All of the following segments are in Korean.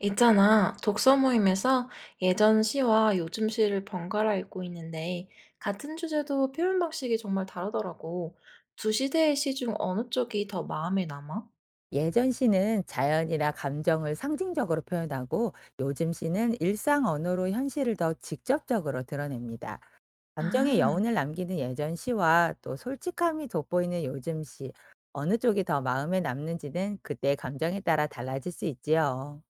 있잖아, 독서 모임에서 예전 시와 요즘 시를 번갈아 읽고 있는데, 같은 주제도 표현 방식이 정말 다르더라고. 두 시대의 시 중 어느 쪽이 더 마음에 남아? 예전 시는 자연이나 감정을 상징적으로 표현하고 요즘 시는 일상 언어로 현실을 더 직접적으로 드러냅니다. 감정의 아, 여운을 남기는 예전 시와 또 솔직함이 돋보이는 요즘 시, 어느 쪽이 더 마음에 남는지는 그때 감정에 따라 달라질 수 있지요.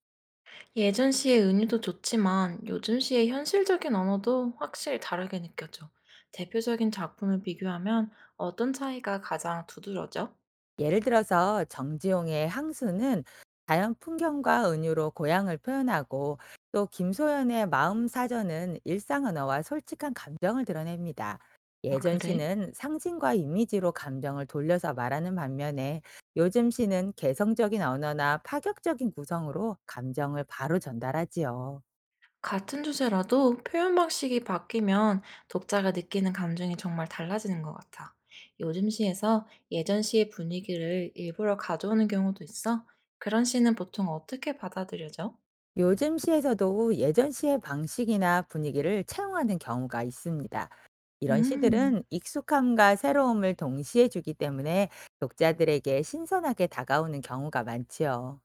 예전 시의 은유도 좋지만 요즘 시의 현실적인 언어도 확실히 다르게 느껴져. 대표적인 작품을 비교하면 어떤 차이가 가장 두드러져? 예를 들어서 정지용의 항수는 자연 풍경과 은유로 고향을 표현하고, 또 김소연의 마음 사전은 일상 언어와 솔직한 감정을 드러냅니다. 아, 예전 그래? 시는 상징과 이미지로 감정을 돌려서 말하는 반면에, 요즘 시는 개성적인 언어나 파격적인 구성으로 감정을 바로 전달하지요. 같은 주제라도 표현 방식이 바뀌면 독자가 느끼는 감정이 정말 달라지는 것 같아. 요즘 시에서 예전 시의 분위기를 일부러 가져오는 경우도 있어. 그런 시는 보통 어떻게 받아들여져? 요즘 시에서도 예전 시의 방식이나 분위기를 차용하는 경우가 있습니다. 이런 음, 시들은 익숙함과 새로움을 동시에 주기 때문에 독자들에게 신선하게 다가오는 경우가 많지요.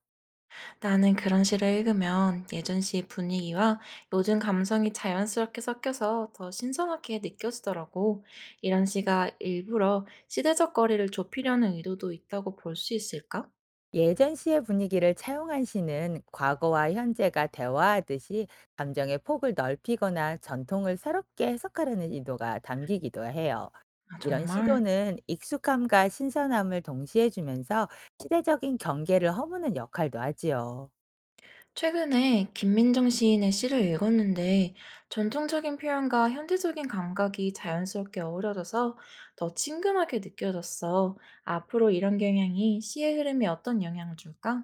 나는 그런 시를 읽으면 예전 시의 분위기와 요즘 감성이 자연스럽게 섞여서 더 신선하게 느껴지더라고. 이런 시가 일부러 시대적 거리를 좁히려는 의도도 있다고 볼 수 있을까? 예전 시의 분위기를 차용한 시는 과거와 현재가 대화하듯이 감정의 폭을 넓히거나 전통을 새롭게 해석하려는 의도가 담기기도 해요. 아, 이런 정말. 시도는 익숙함과 신선함을 동시에 주면서 시대적인 경계를 허무는 역할도 하지요. 최근에 김민정 시인의 시를 읽었는데 전통적인 표현과 현대적인 감각이 자연스럽게 어우러져서 더 친근하게 느껴졌어. 앞으로 이런 경향이 시의 흐름에 어떤 영향을 줄까?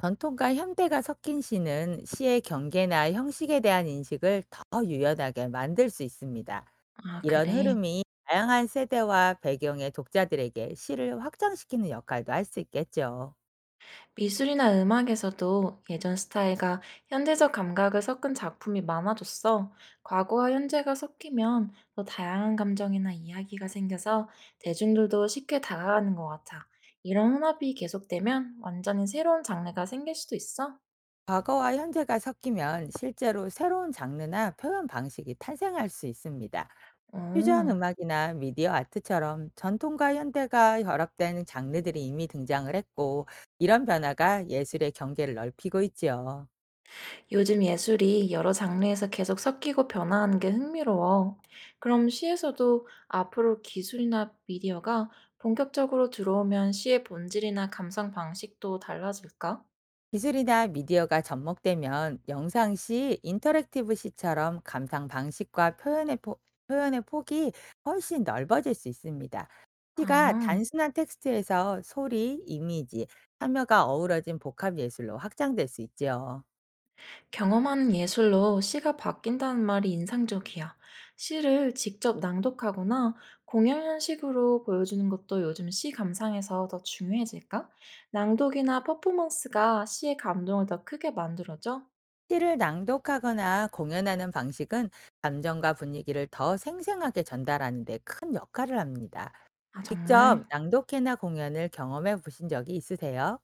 전통과 현대가 섞인 시는 시의 경계나 형식에 대한 인식을 더 유연하게 만들 수 있습니다. 아, 이런 그래. 흐름이 다양한 세대와 배경의 독자들에게 시를 확장시키는 역할도 할 수 있겠죠. 미술이나 음악에서도 예전 스타일과 현대적 감각을 섞은 작품이 많아졌어. 과거와 현재가 섞이면 더 다양한 감정이나 이야기가 생겨서 대중들도 쉽게 다가가는 것 같아. 이런 혼합이 계속되면 완전히 새로운 장르가 생길 수도 있어. 과거와 현재가 섞이면 실제로 새로운 장르나 표현 방식이 탄생할 수 있습니다. 퓨전 어. 음악이나 미디어 아트처럼 전통과 현대가 결합된 장르들이 이미 등장을 했고, 이런 변화가 예술의 경계를 넓히고 있지요. 요즘 예술이 여러 장르에서 계속 섞이고 변화하는 게 흥미로워. 그럼 시에서도 앞으로 기술이나 미디어가 본격적으로 들어오면 시의 본질이나 감상 방식도 달라질까? 기술이나 미디어가 접목되면 영상 시, 인터랙티브 시처럼 감상 방식과 표현의 폭이 훨씬 넓어질 수 있습니다. 시가 아, 단순한 텍스트에서 소리, 이미지, 참여가 어우러진 복합 예술로 확장될 수 있지요. 경험하는 예술로 시가 바뀐다는 말이 인상적이야. 시를 직접 낭독하거나 공연 형식으로 보여주는 것도 요즘 시 감상에서 더 중요해질까? 낭독이나 퍼포먼스가 시의 감동을 더 크게 만들어져? 시를 낭독하거나 공연하는 방식은 감정과 분위기를 더 생생하게 전달하는 데 큰 역할을 합니다. 아, 정말? 직접 낭독회나 공연을 경험해 보신 적이 있으세요?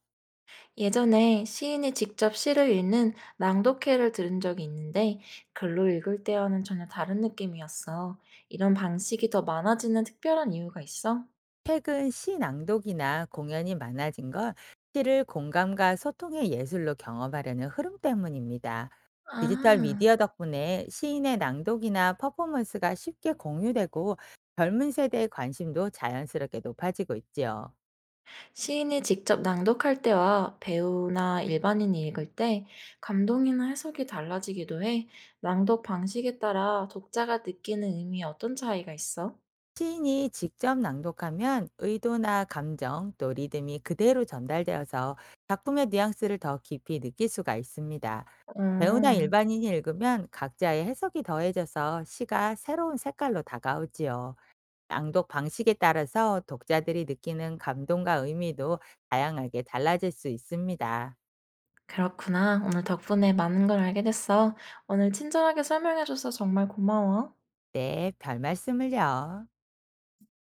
예전에 시인이 직접 시를 읽는 낭독회를 들은 적이 있는데 글로 읽을 때와는 전혀 다른 느낌이었어. 이런 방식이 더 많아지는 특별한 이유가 있어? 최근 시 낭독이나 공연이 많아진 건 시를 공감과 소통의 예술로 경험하려는 흐름 때문입니다. 디지털 아, 미디어 덕분에 시인의 낭독이나 퍼포먼스가 쉽게 공유되고 젊은 세대의 관심도 자연스럽게 높아지고 있지요. 시인이 직접 낭독할 때와 배우나 일반인이 읽을 때 감동이나 해석이 달라지기도 해. 낭독 방식에 따라 독자가 느끼는 의미에 어떤 차이가 있어? 시인이 직접 낭독하면 의도나 감정 또 리듬이 그대로 전달되어서 작품의 뉘앙스를 더 깊이 느낄 수가 있습니다. 배우나 음, 일반인이 읽으면 각자의 해석이 더해져서 시가 새로운 색깔로 다가오지요. 낭독 방식에 따라서 독자들이 느끼는 감동과 의미도 다양하게 달라질 수 있습니다. 그렇구나. 오늘 덕분에 많은 걸 알게 됐어. 오늘 친절하게 설명해줘서 정말 고마워. 네, 별 말씀을요.